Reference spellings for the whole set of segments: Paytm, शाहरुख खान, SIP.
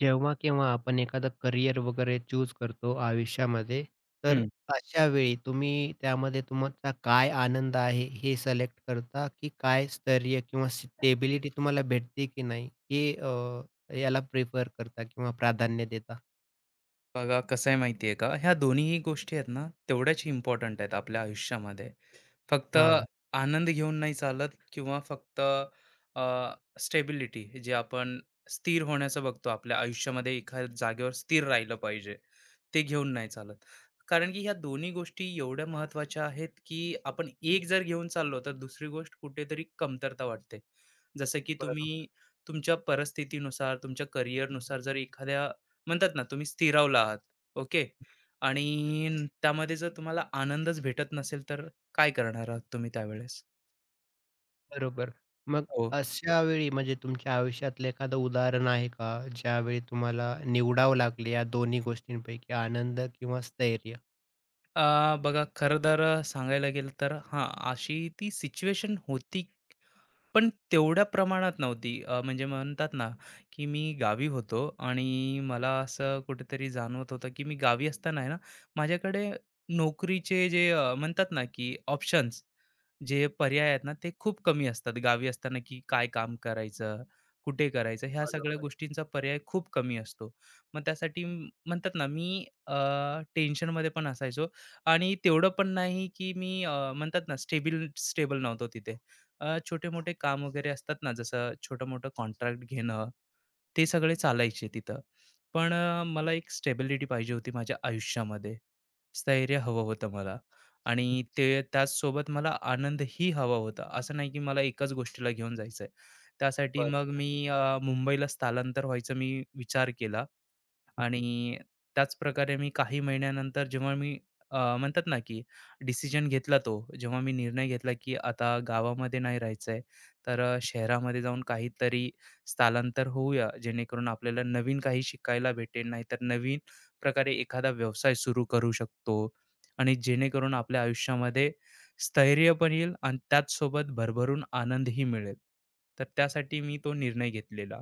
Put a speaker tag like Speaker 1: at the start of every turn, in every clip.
Speaker 1: जेव्हा केव्हा आपण एखादं career वगैरे choose करतो आयुष्यामध्ये, तर
Speaker 2: हं.
Speaker 1: अशा वेळी तुम्ही त्यामध्ये तुमचा काय आनंद आहे हे सिलेक्ट करता, की काय स्थैर्य किंवा स्टेबिलिटी तुम्हाला भेटते की नाही हे याला प्रिफर करता किंवा प्राधान्य देता?
Speaker 2: बघा कसं आहे माहिती आहे का, ह्या दोन्हीही गोष्टी आहेत ना, तेवढ्याच इम्पॉर्टंट आहेत आपल्या आयुष्यामध्ये. फक्त
Speaker 1: हां,
Speaker 2: आनंद घेऊन नाही चालत किंवा फक्त अ, स्टेबिलिटी जे आपण स्थिर होण्याचं बघतो आपल्या आयुष्यामध्ये एखाद्या जागेवर स्थिर राहिलं पाहिजे. ते घेऊन नाही चालत. कारण की ह्या दोन्ही गोष्टी एवढ्या महत्त्वाच्या आहेत, की आपण एक जर घेऊन चाललो, तर दुसरी गोष्ट कुठेतरी कमतरता वाटते. जसं की
Speaker 1: बरोबर,
Speaker 2: तुम्ही तुमच्या परिस्थितीनुसार, तुमच्या करिअरनुसार जर एखाद्या म्हणतात ना, तुम्ही स्थिरावला आहात, ओके. आणि त्यामध्ये जर तुम्हाला आनंदच भेटत नसेल, तर काय करणार आहात तुम्ही त्यावेळेस?
Speaker 1: बरोबर. मग
Speaker 2: हो.
Speaker 1: अशा वेळी म्हणजे तुमच्या आयुष्यातलं एखादं उदाहरण आहे का, ज्यावेळी तुम्हाला निवडावं लागले या दोन्ही गोष्टींपैकी आनंद किंवा स्थैर्य?
Speaker 2: बघा खरं तर सांगायला गेलं तर हां, अशी ती सिच्युएशन होती पण तेवढ्या प्रमाणात नव्हती. म्हणजे म्हणतात ना, की मी गावी होतो आणि मला असं कुठेतरी जाणवत होतं, की मी गावी असताना आहे ना, माझ्याकडे नोकरीचे जे म्हणतात ना, की ऑप्शन्स जे पर्याय आहेत ना, ते खूप कमी असतात. गावी असताना, की काय काम करायचं, कुठे करायचं, ह्या सगळ्या गोष्टींचा पर्याय खूप कमी असतो. मग त्यासाठी म्हणतात ना, मी टेन्शनमध्ये पण असायचो आणि तेवढं पण नाही, की मी म्हणतात ना, स्टेबल स्टेबल नव्हतो तिथे. छोटे-मोठे काम वगैरे असतात ना, जसं छोटं-मोठं कॉन्ट्रॅक्ट घेणं, ते सगळे चालायचे तिथं. पण मला एक स्टेबिलिटी पाहिजे होती माझ्या आयुष्यामध्ये. स्थैर्य हवं होतं मला आणि ते त्याचसोबत मला आनंदही हवा होता. असं नाही की मला एकाच गोष्टीला घेऊन जायचं आहे. त्यासाठी मग
Speaker 1: बरोबर.
Speaker 2: मी मुंबईला स्थलांतर व्हायचा मी विचार केला. आणि त्याच प्रकारे मी काही महिन्यानंतर जेव्हा मी म्हणतात ना की डिसिजन घेतला तो जेव्हा मी निर्णय घेतला की आता गावामध्ये नाही राहायचं आहे तर शहरामध्ये जाऊन काहीतरी स्थलांतर होऊया जेणेकरून आपल्याला नवीन काही शिकायला भेटेल नाहीतर नवीन प्रकारे एखादा व्यवसाय सुरू करू शकतो आणि जेणेकरून आपल्या आयुष्यामध्ये स्थैर्य पण येईल आणि त्याचसोबत भरभरून आनंदही मिळेल तर त्यासाठी मी तो निर्णय घेतलेला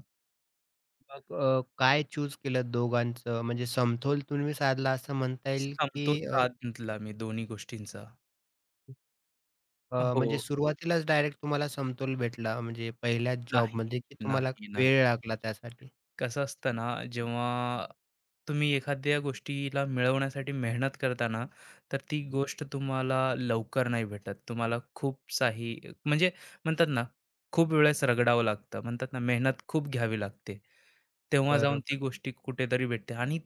Speaker 1: मग काय चूज केलं दोघांचं? म्हणजे समतोल तुम्ही साधला असं म्हणता येईल,
Speaker 2: समतोल
Speaker 1: की अ,
Speaker 2: साधला मी दोन्ही गोष्टींचा.
Speaker 1: अ, म्हणजे
Speaker 2: हो.
Speaker 1: सुरुवातीलाच डायरेक्ट तुम्हाला समतोल भेटला म्हणजे पहिल्याच
Speaker 2: नाही,
Speaker 1: जॉबमध्ये, की तुम्हाला
Speaker 2: नाही, नाही.
Speaker 1: वेळ लागला त्यासाठी?
Speaker 2: कसं असतं ना, जेव्हा तुम्ही एखाद्या गोष्टीला मिळवण्यासाठी मेहनत करता ना, तर ती गोष्ट तुम्हाला लवकर नाही भेटत. तुम्हाला खूप साही म्हणजे म्हणतात ना, खूप वेळेस रगडावं लागतं. म्हणतात ना, मेहनत खूप घ्यावी लागते. तेव्हा जाऊन ती
Speaker 1: बरोबर.
Speaker 2: गोष्टी कुठेतरी भेटते आणि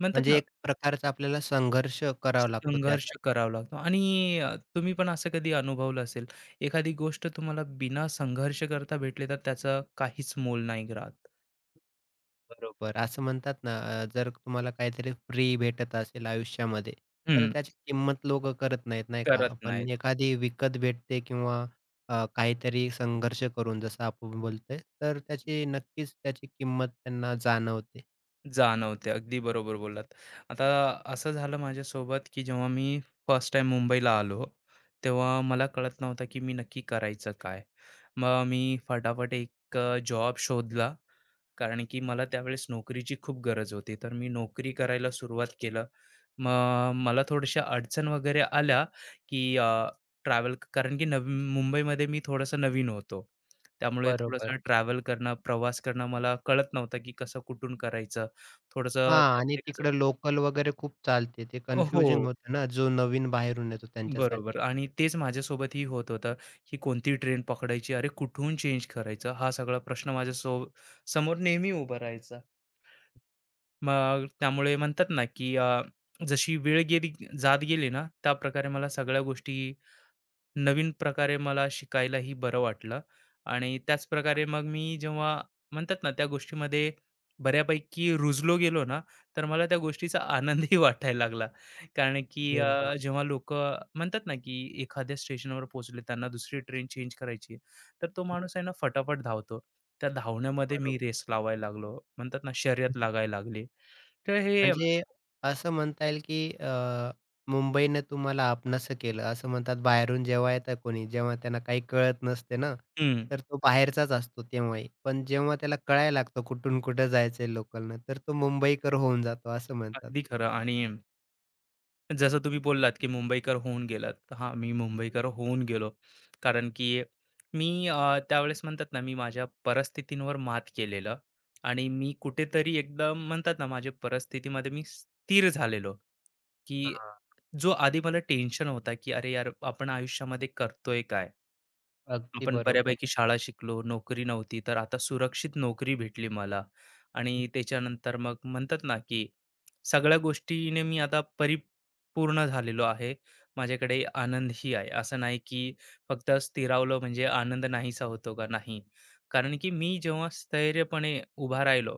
Speaker 2: म्हणतात ना,
Speaker 1: म्हणजे एक प्रकारचा आपल्याला संघर्ष करावा लागतो
Speaker 2: संघर्ष
Speaker 1: त्यासाठी.
Speaker 2: करावा लागतो आणि तुम्ही पण असं कधी अनुभवलं असेल, एखादी गोष्ट तुम्हाला बिना संघर्ष करता भेटली, तर त्याचं काहीच मोल नाही राहत.
Speaker 1: बरोबर. असं म्हणतात ना, जर तुम्हाला काहीतरी फ्री भेटत असेल आयुष्यामध्ये, तर
Speaker 2: हं,
Speaker 1: त्याची किंमत लोकं करत नाहीत, नाही का?
Speaker 2: करत
Speaker 1: पण
Speaker 2: नाहीत.
Speaker 1: एखादी विकत भेटते किंवा काहीतरी संघर्ष करून जसं आपण बोलतोय, तर त्याची नक्कीच त्याची किंमत त्यांना जाणवते.
Speaker 2: जाणवते. अगदी बरोबर बोललात. आता असं झालं माझ्यासोबत, की जेव्हा मी फर्स्ट टाईम मुंबईला आलो, तेव्हा मला कळत नव्हतं, की मी नक्की करायचं काय? मग मी फटाफट एक जॉब शोधला. कारण की मला त्यावेळेस नोकरीची खूप गरज होती. तर मी नोकरी करायला सुरुवात केलं. मग मला थोड्याशा अडचण वगैरे आल्या, की ट्रॅव्हल कारण की नवी मुंबईमध्ये मी थोडासा नवीन होतो. त्यामुळे
Speaker 1: बरोबर.
Speaker 2: थोडंसं ट्रॅव्हल करणं, प्रवास करणं मला कळत नव्हतं, की कसं कुठून करायचं. थोडंसं
Speaker 1: हां आणि
Speaker 2: त्यामध्ये कसं
Speaker 1: तिकडं लोकल वगैरे खूप चालते. ते कन्फ्युजिंग
Speaker 2: हो,
Speaker 1: होतं ना, जो नवीन बाहेरून येतो
Speaker 2: बरोबर
Speaker 1: त्यांच्यासाठी.
Speaker 2: आणि तेच माझ्यासोबतही होत होतं, की कोणती ट्रेन पकडायची? अरे, कुठून चेंज करायचं? हा सगळा प्रश्न माझ्या समोर नेहमी उभा राहायचा. मग त्यामुळे म्हणतात ना, की जशी वेळ गेली जात गेली ना, त्याप्रकारे मला सगळ्या गोष्टी नवीन प्रकारे मला शिकायलाही बरं वाटलं आणि त्याचप्रकारे मग मी जेव्हा म्हणतात ना, त्या गोष्टीमध्ये बऱ्यापैकी रुजलो गेलो ना, तर मला त्या गोष्टीचा आनंदही वाटायला लागला. कारण की
Speaker 1: अरे वाह!
Speaker 2: जेव्हा लोकं म्हणतात ना, की एखाद्या स्टेशनवर पोहोचले, त्यांना दुसरी ट्रेन चेंज करायची आहे, तर तो माणूस आहे ना, फटाफट धावतो. त्या धावण्यामध्ये मी
Speaker 1: बरोबर.
Speaker 2: रेस लावायला लागलो. म्हणतात ना, शर्यत लागायला लागली. तर हे
Speaker 1: म्हणजे असं म्हणता येईल की मुंबईनं तुम्हाला आपणंसं केलं. असं म्हणतात बाहेरून जेव्हा येतं कोणी, जेव्हा त्यांना काही कळत नसते ना,
Speaker 2: हं.
Speaker 1: तर तो बाहेरचाच असतो तेव्हाही. पण जेव्हा त्याला कळायला लागतं कुठून कुठं जायचंय लोकलनं, तर तो मुंबईकर होऊन जातो असं म्हणतात.
Speaker 2: अगदी खरं आणि जसं तुम्ही बोललात, की मुंबईकर होऊन गेलात. हां, मी मुंबईकर होऊन गेलो. कारण की मी त्यावेळेस म्हणतात ना, मी माझ्या परिस्थितींवर मात केलेलं आणि मी कुठेतरी एकदम म्हणतात ना, माझ्या परिस्थितीमध्ये मी स्थिर झालेलो, की
Speaker 1: हां,
Speaker 2: जो आधी मला टेन्शन होता, की "अरे यार, आपण आयुष्यामध्ये करतोय काय?"
Speaker 1: अगदी
Speaker 2: आपण
Speaker 1: बरोबर.
Speaker 2: बऱ्यापैकी शाळा शिकलो, नोकरी नव्हती, तर आता सुरक्षित नोकरी भेटली मला आणि त्याच्यानंतर मग म्हणतात ना, की सगळ्या गोष्टीने मी आता परिपूर्ण झालेलो आहे. माझ्याकडे आनंदही आहे. असं नाही, की फक्त स्थिरावलं म्हणजे आनंद नाहीसा होतो का? नाही. कारण की मी जेव्हा स्थैर्यपणे उभा राहिलो,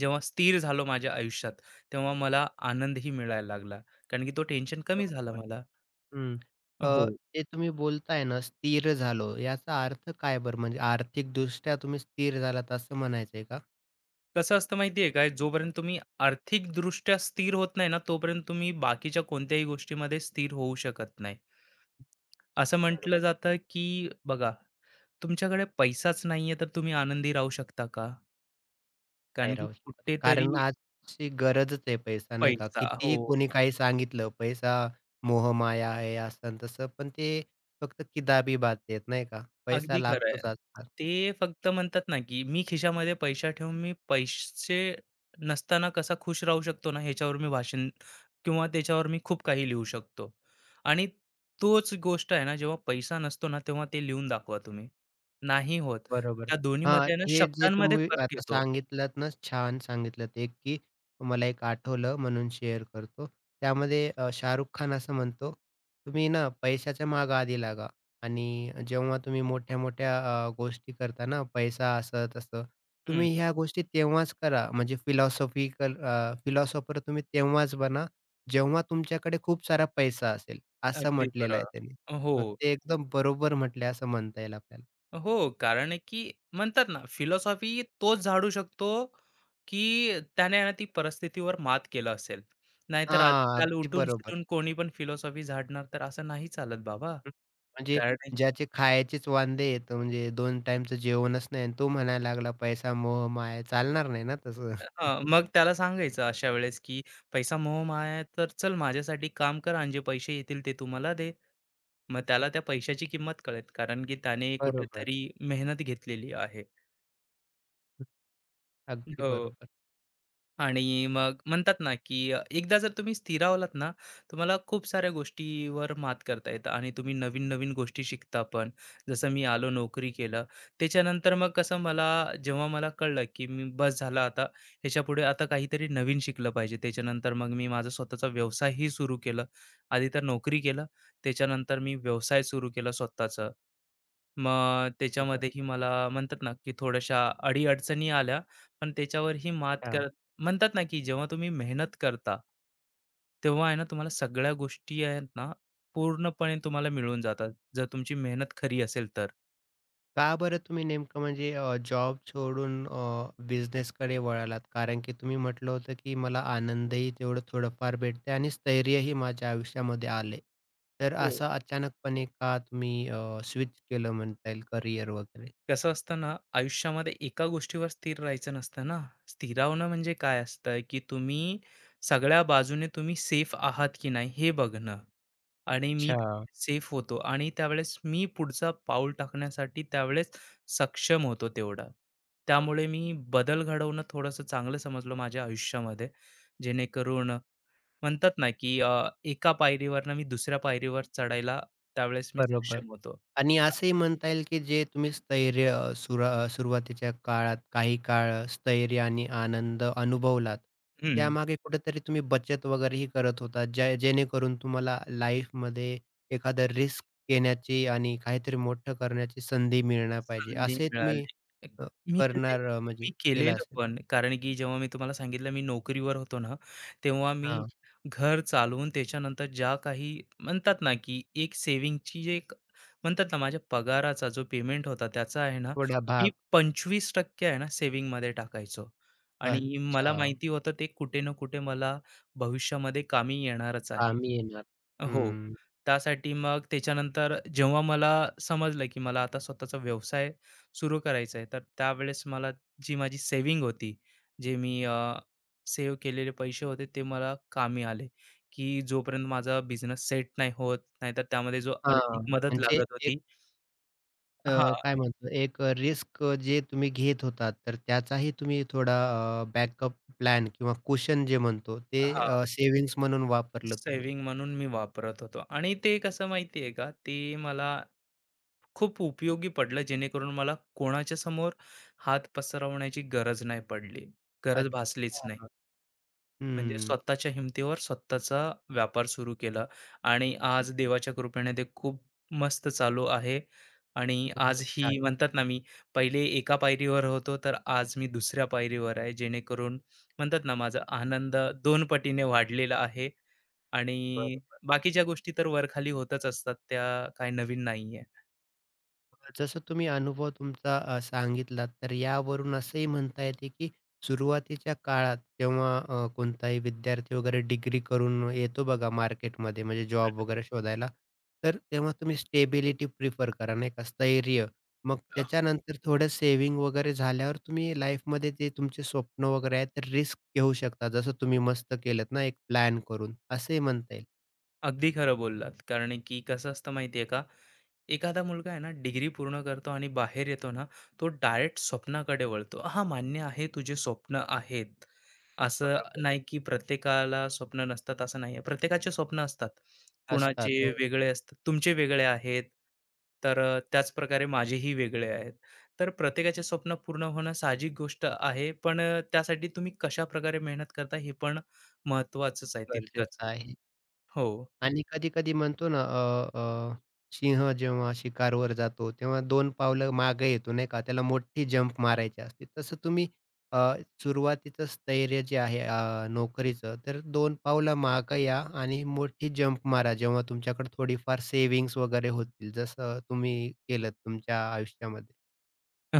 Speaker 2: जेव्हा स्थिर झालो माझ्या आयुष्यात, तेव्हा मला आनंदही मिळायला लागला. कारण की तो टेन्शन कमी झाला
Speaker 1: बरोबर.
Speaker 2: मला.
Speaker 1: हं.
Speaker 2: हो.
Speaker 1: अ, जे तुम्ही बोलताय ना, स्थिर झालो, याचा अर्थ काय बरं? म्हणजे आर्थिकदृष्ट्या तुम्ही स्थिर झालात असं म्हणायचंय का?
Speaker 2: कसं असतं माहितीये काय जोपर्यंत तुम्ही आर्थिकदृष्ट्या स्थिर होत नाही ना तोपर्यंत तुम्ही बाकीच्या कोणत्याही गोष्टीमध्ये स्थिर होऊ शकत नाही. असं म्हटलं जातं की बघा तुमच्याकडे पैसाच नाहीये तर तुम्ही आनंदी राहू शकता का?
Speaker 1: नाही
Speaker 2: कारण की
Speaker 1: राहू शकत.
Speaker 2: कुठेतरी
Speaker 1: कारण आजची गरजच आहे पैसा नाही का?
Speaker 2: पैसा हो.
Speaker 1: कितीही कोणी काही सांगितलं, पैसा मोहमाया आहे असं आणि तसं, पण ते फक्त किताबी बात आहेत नाही का? पैसा
Speaker 2: अगदी खरं आहे.
Speaker 1: लागतोच आज.
Speaker 2: ते फक्त म्हणतात ना, की मी खिशामध्ये पैसा ठेवून मी पैसे नसताना कसा खुश राहू शकतो ना, ह्याच्यावर मी भाषण किंवा त्याच्यावर मी खूप काही लिहू शकतो. आणि तोच गोष्ट आहे ना, जेव्हा पैसा नसतो ना, तेव्हा ते लिहून दाखवा तुम्ही. नाही होत.
Speaker 1: बरोबर.
Speaker 2: त्या
Speaker 1: हां,
Speaker 2: दोन्हीमध्ये आहे ना,
Speaker 1: हे जे
Speaker 2: शब्दांमध्ये
Speaker 1: तुम्ही
Speaker 2: फरक
Speaker 1: आता
Speaker 2: येतो.
Speaker 1: सांगितलत ना, छान सांगितलत एक, की मला एक आठवलं म्हणून शेअर करतो. त्यामध्ये शाहरुख खान असं म्हणतो, "तुम्ही ना पैशाच्या मागे आधी लागा आणि जेव्हा तुम्ही मोठ्या-मोठ्या गोष्टी करता ना, पैसा असं तसं,
Speaker 2: हं,
Speaker 1: तुम्ही ह्या गोष्टी तेव्हाच करा म्हणजे फिलॉसॉफिकल फिलॉसॉफर तुम्ही तेव्हाच बना, जेव्हा तुमच्याकडे खूप सारा पैसा असेल." असं
Speaker 2: अगदी
Speaker 1: म्हटलेलं
Speaker 2: खरं.
Speaker 1: आहे त्यांनी.
Speaker 2: हो.
Speaker 1: मग ते एकदम बरोबर म्हटले असं म्हणता येईल आपल्याला.
Speaker 2: हो, कारण आहे की म्हणतात ना, फिलॉसॉफी तोच झाडू शकतो, की त्याने आहे ना ती परिस्थितीवर मात केलं असेल. नाहीतर
Speaker 1: हां,
Speaker 2: आजकाल
Speaker 1: अगदी बरोबर.
Speaker 2: उठून-सुटून कोणी पण फिलॉसॉफी झाडणार, तर असं नाही चालत बाबा.
Speaker 1: हं, म्हणजे
Speaker 2: कारण आहे
Speaker 1: ज्याचे खायचेच वांदे आहेत, म्हणजे दोन टाईमचं जेवणच नाही आणि तो म्हणायला लागला, "पैसा मोह माया." चालणार नाही ना तसं.
Speaker 2: हां, मग त्याला सांगायचं अशा वेळेस, की "पैसा मोहमाया आहे, तर चल माझ्यासाठी काम कर आणि जे पैसे येतील ते तू दे." मग त्याला त्या पैशाची किंमत कळेल, कारण की त्याने
Speaker 1: बरोबर.
Speaker 2: कुठेतरी मेहनत घेतलेली आहे.
Speaker 1: हं, अगदी
Speaker 2: हो.
Speaker 1: बरोबर.
Speaker 2: आणि मग म्हणतात ना, की एकदा जर तुम्ही स्थिरावलात ना, तुम्हाला खूप साऱ्या गोष्टीवर मात करता येतं आणि तुम्ही नवीन-नवीन गोष्टी शिकता पण. जसं मी आलो नोकरी केलं. त्याच्यानंतर मग कसं मला जेव्हा मला कळलं, की मी बस झालं आता ह्याच्यापुढे आता काहीतरी नवीन शिकलं पाहिजे. त्याच्यानंतर मग मी माझा स्वतःचा व्यवसायही सुरू केला. आधी तर नोकरी केलं, त्याच्यानंतर मी व्यवसाय सुरू केला स्वतःचा. मग
Speaker 1: होतं.
Speaker 2: त्याच्यामध्येही मला म्हणतात ना, की थोड्याशा अडी आल्या, पण त्याच्यावरही मात
Speaker 1: हां.
Speaker 2: म्हणतात ना की जेव्हा तुम्ही मेहनत करता तेव्हा आहे ना तुम्हाला सगळ्या गोष्टी आहेत ना पूर्णपणे तुम्हाला मिळून जातात जर तुमची मेहनत खरी असेल तर.
Speaker 1: का बरं तुम्ही नेमकं म्हणजे जॉब सोडून कडे वळालात? कारण की तुम्ही म्हटलं होतं, की मला आनंदही तेवढं थोडंफार भेटतंय आणि स्थैर्यही माझ्या आयुष्यामध्ये आलंय. तर
Speaker 2: हो,
Speaker 1: असं अचानकपणे का तुम्ही स्विच केलं म्हणता येईल करियर वगैरे?
Speaker 2: कसं असतं ना आयुष्यामध्ये एका गोष्टीवर स्थिर राहायचं नसतं ना स्थिरावणं म्हणजे काय असतं की तुम्ही सगळ्या बाजूने तुम्ही सेफ आहात की नाही हे बघणं आणि मी
Speaker 1: अच्छा.
Speaker 2: सेफ होतो आणि त्यावेळेस मी पुढचा पाऊल टाकण्यासाठी त्यावेळेस सक्षम होतो तेवढा. त्यामुळे मी बदल घडवणं थोडंसं चांगलं समजलं माझ्या आयुष्यामध्ये. जेणेकरून म्हणतात ना, की एका पायरीवरनं मी दुसऱ्या पायरीवर चढायला त्यावेळेस मी
Speaker 1: बरोबर.
Speaker 2: सक्षम होतो.
Speaker 1: आणि असंही म्हणता येईल, की जे तुम्ही स्थैर्य सुरुवातीच्या काळात काही काळ स्थैर्य आणि आनंद अनुभवलात. त्यामागे कुठेतरी तुम्ही बचत वगैरेही करत होता, ज्या जेणेकरून तुम्हाला लाईफमध्ये एखादं रिस्क घेण्याची आणि काहीतरी मोठं करण्याची संधी मिळणार पाहिजे.
Speaker 2: संधी
Speaker 1: असे तुम्ही
Speaker 2: मिळाली.
Speaker 1: अ,
Speaker 2: मी केले
Speaker 1: करणार म्हणजे
Speaker 2: मी
Speaker 1: केला
Speaker 2: केलेलं
Speaker 1: असेल.
Speaker 2: पण. कारण की जेव्हा मी तुम्हाला सांगितलं मी नोकरीवर होतो ना, तेव्हा मी
Speaker 1: हां,
Speaker 2: घर चालवून त्याच्यानंतर ज्या काही म्हणतात ना, की एक सेव्हिंगची जे एक म्हणतात ना, माझ्या पगाराचा जो पेमेंट होता त्याचा आहे ना,
Speaker 1: थोडा
Speaker 2: मी
Speaker 1: भाग.
Speaker 2: 25% आहे ना, सेव्हिंगमध्ये टाकायचो. आणि मला
Speaker 1: अच्छा.
Speaker 2: माहिती होतं ते कुठे ना कुठे मला भविष्यामध्ये कामी येणारच आहे.
Speaker 1: हां, येणार.
Speaker 2: हो.
Speaker 1: हं.
Speaker 2: त्यासाठी मग त्याच्यानंतर जेव्हा मला समजलं, की मला आता स्वतःचा व्यवसाय सुरू करायचा आहे, तर त्यावेळेस मला जी माझी सेविंग होती, जे मी सेव्ह केलेले पैसे होते, ते मला कामी आले, की जोपर्यंत माझा बिझनेस सेट नाही होत, नाहीतर त्यामध्ये जो
Speaker 1: हां,
Speaker 2: आर्थिक मदत
Speaker 1: म्हणजे
Speaker 2: लागत होती
Speaker 1: अ,
Speaker 2: हां,
Speaker 1: काय म्हणतो एक रिस्क जे तुम्ही घेत होता तर त्याचाही तुम्ही थोडा बॅकअप प्लॅन किंवा कुशन जे म्हणतो ते
Speaker 2: हां.
Speaker 1: सेव्हिंग्ज म्हणून वापरलं तुम्ही.
Speaker 2: सेव्हिंग म्हणून मी वापरत होतो आणि ते कसं माहिती आहे का, ते मला खूप उपयोगी पडलं जेणेकरून मला कोणाच्या समोर हात पसरवण्याची गरज नाही पडली. गरज भासलीच नाही.
Speaker 1: अच्छा.
Speaker 2: म्हणजे
Speaker 1: हं.
Speaker 2: स्वतःच्या हिमतीवर स्वतःचा व्यापार सुरू केला आणि आज देवाच्या कृपेने ते खूप मस्त चालू आहे आणि आज
Speaker 1: खूपच
Speaker 2: ही
Speaker 1: छान.
Speaker 2: म्हणतात ना, मी पहिले एका पायरीवर होतो, तर आज मी दुसऱ्या पायरीवर आहे. जेणेकरून म्हणतात ना, माझा आनंद 2 पटीने वाढलेला आहे आणि बाकीच्या गोष्टी तर वरखाली होतच असतात, त्या काही नवीन नाहीये.
Speaker 1: जसं तुम्ही अनुभव तुमचा सांगितलात, तर यावरून असंही म्हणता येते, की सुरुवातीच्या काळात जेव्हा कोणताही विद्यार्थी वगैरे डिग्री करून येतो बघा मार्केटमध्ये म्हणजे जॉब वगैरे शोधायला, तर तेव्हा तुम्ही स्टेबिलिटी प्रिफर करा नाही का, स्थैर्य. मग त्याच्यानंतर थोडं सेव्हिंग वगैरे झाल्यावर तुम्ही लाईफमध्ये जे तुमचे स्वप्न वगैरे आहेत, तर रिस्क घेऊ शकता. जसं तुम्ही मस्त केलत ना एक प्लॅन करून, असे म्हणता येईल.
Speaker 2: अगदी खरं बोललात. कारण की कसं असतं माहिती आहे का, एखादा मुलगा आहे ना डिग्री पूर्ण करतो आणि बाहेर येतो ना, तो डायरेक्ट स्वप्नाकडे वळतो. हां, मान्य आहे तुझे स्वप्न आहेत. असं
Speaker 1: बरोबर.
Speaker 2: नाही की प्रत्येकाला स्वप्न नसतात असं नाही आहे. प्रत्येकाचे स्वप्न असतात.
Speaker 1: असतात.
Speaker 2: कुणाचे
Speaker 1: हो,
Speaker 2: वेगळे असतात, तुमचे वेगळे आहेत. तर त्याचप्रकारे माझेही वेगळे आहेत. तर प्रत्येकाचे स्वप्न पूर्ण होणं साहजिक गोष्ट आहे. पण त्यासाठी तुम्ही कशाप्रकारे मेहनत करता हे पण महत्त्वाचंच आहे तितकंच.
Speaker 1: गरजेचं आहे.
Speaker 2: हो.
Speaker 1: आणि कधी-कधी म्हणतो ना, अ, अ, सिंह जेव्हा शिकारवर जातो, तेव्हा 2 पावलं मागे येतो नाही का, त्याला मोठी जंप मारायची असते. तसं तुम्ही अ, सुरुवातीचं स्थैर्य जे आहे नोकरीचं, तर 2 पावलं मागं या आणि मोठी जंप मारा, जेव्हा तुमच्याकडे थोडीफार सेव्हिंग्ज वगैरे होतील, जसं तुम्ही केलंत तुमच्या आयुष्यामध्ये.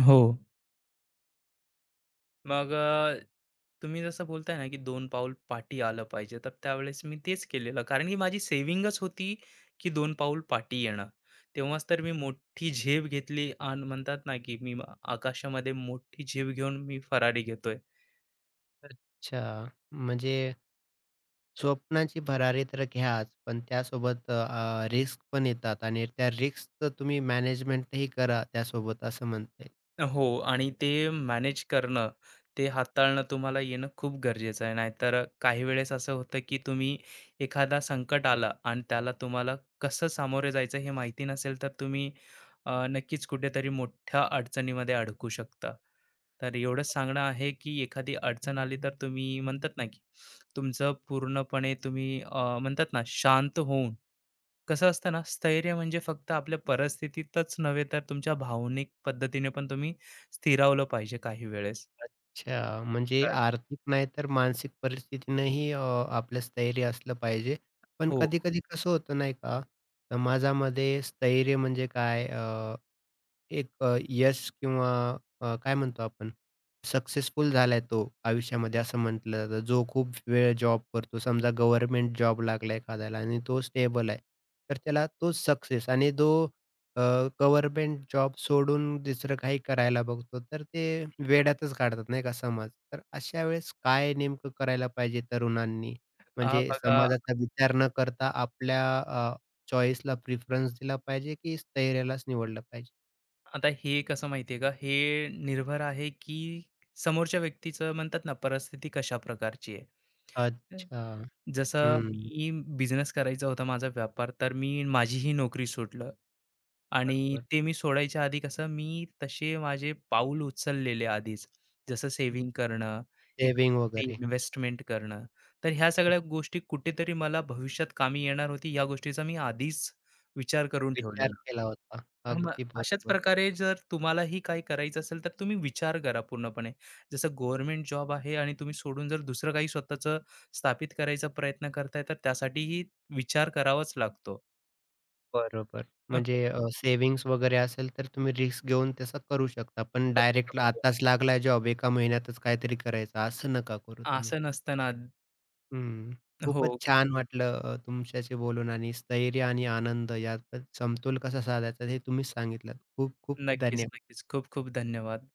Speaker 2: हो. मग तुम्ही जसं बोलताय ना, की 2 पाऊल पाठी आलं पाहिजे, तर त्यावेळेस मी तेच केलेलं. कारण की माझी सेव्हिंगच होती, की 2 पाऊल पाठी येणं. तेव्हाच तर मी मोठी झेप घेतली आणि म्हणतात ना, की आकाशामध्ये मोठी झेप घेऊन मी फरारी घेतोय.
Speaker 1: अच्छा. म्हणजे स्वप्नाची भरारी तर घ्याच, पण त्यासोबत रिस्क पण येतात आणि त्या रिस्कचं तुम्ही मॅनेजमेंटही करा त्यासोबत असं म्हणता येईल.
Speaker 2: हो आणि ते मॅनेज करणं, ते हाताळणं तुम्हाला येणं खूप गरजेचं आहे. नाहीतर काही वेळेस असं होतं, की तुम्ही एखादा संकट आला आणि त्याला तुम्हाला कसं सामोरे जायचं हे माहिती नसेल, तर तुम्ही नक्कीच कुठेतरी मोठ्या अडचणीमध्ये अडकू शकता. तर एवढंच सांगणं आहे, की एखादी अडचण आली तर तुम्ही म्हणतात ना, की तुमचं पूर्णपणे तुम्ही म्हणतात ना शांत होऊन कसं असतं ना, स्थैर्य म्हणजे फक्त आपल्या परिस्थितीतच नव्हे, तर तुमच्या भावनिक पद्धतीने पण तुम्ही स्थिरावलं पाहिजे काही वेळेस.
Speaker 1: अच्छा, म्हणजे
Speaker 2: तर
Speaker 1: आर्थिक नाही तर मानसिक परिस्थितीनंही आपलं स्थैर्य असलं पाहिजे. पण
Speaker 2: हो.
Speaker 1: कधी-कधी कसं होतं नाही का, समाजामध्ये स्थैर्य म्हणजे काय? एक यश किंवा काय म्हणतो आपण सक्सेसफुल झालाय तो आयुष्यामध्ये असं म्हटलं जातं. जो खूप वेळ जॉब करतो. समजा गव्हर्नमेंट जॉब लागला एखाद्याला आणि तो स्टेबल आहे. तर त्याला तोच सक्सेस आणि जो अ, गव्हर्नमेंट जॉब सोडून दुसरं काही करायला बघतो, तर ते वेड्यातच काढतात नाही का समाज. तर अशा वेळेस काय नेमकं करायला पाहिजे तरुणांनी? म्हणजे
Speaker 2: बघा
Speaker 1: समाजाचा विचार न करता आपल्या चॉईसला प्रिफरन्स दिला पाहिजे की स्थैर्यालाच निवडलं पाहिजे?
Speaker 2: आता हे कसं माहिती का, हे निर्भर आहे की समोरच्या व्यक्तीचं म्हणतात ना, परिस्थिती कशा प्रकारची आहे.
Speaker 1: अच्छा.
Speaker 2: जसं
Speaker 1: हं.
Speaker 2: मी बिझनेस करायचा होता माझा व्यापार, तर मी माझीही नोकरी सोडलं आणि
Speaker 1: बरोबर.
Speaker 2: ते मी सोडायच्या आधी कसं मी तसे माझे पाऊल उचललेले आधीच. जसं सेव्हिंग करणं,
Speaker 1: सेव्हिंग
Speaker 2: इकडे
Speaker 1: वगैरे.
Speaker 2: इन्व्हेस्टमेंट करणं. तर ह्या सगळ्या गोष्टी कुठेतरी मला भविष्यात कामी येणार होती, या गोष्टीचा मी आधीच विचार करून
Speaker 1: विचार
Speaker 2: ठेवलेला.
Speaker 1: केला होता.
Speaker 2: मग
Speaker 1: अगदी
Speaker 2: अशाच
Speaker 1: बरोबर.
Speaker 2: प्रकारे जर तुम्हालाही काही करायचं असेल तर तुम्ही विचार करा पूर्णपणे. जसं गव्हर्नमेंट जॉब आहे आणि तुम्ही सोडून जर दुसरं काही स्वतःचं स्थापित करायचा प्रयत्न करताय, तर त्यासाठीही विचार करावाच लागतो.
Speaker 1: बरोबर.
Speaker 2: अ,
Speaker 1: म्हणजे
Speaker 2: खूप
Speaker 1: सेव्हिंग्स वगैरे असेल तर तुम्ही रिस्क घेऊन तसं करू शकता. पण
Speaker 2: करू
Speaker 1: डायरेक्ट
Speaker 2: शकतो.
Speaker 1: आताच लागलाय जॉब, एका महिन्यातच काहीतरी करायचं असं नका करू तुम्ही.
Speaker 2: असं नसताना
Speaker 1: हं.
Speaker 2: हो.
Speaker 1: खूपच छान वाटलं तुमच्याशी बोलून आणि स्थैर्य आणि आनंद यात समतोल कसा साधायचा हे तुम्हीच सांगितलं. खूप खूप
Speaker 2: नक्कीच,
Speaker 1: धन्यवाद.
Speaker 2: नक्कीच. खूप खूप धन्यवाद.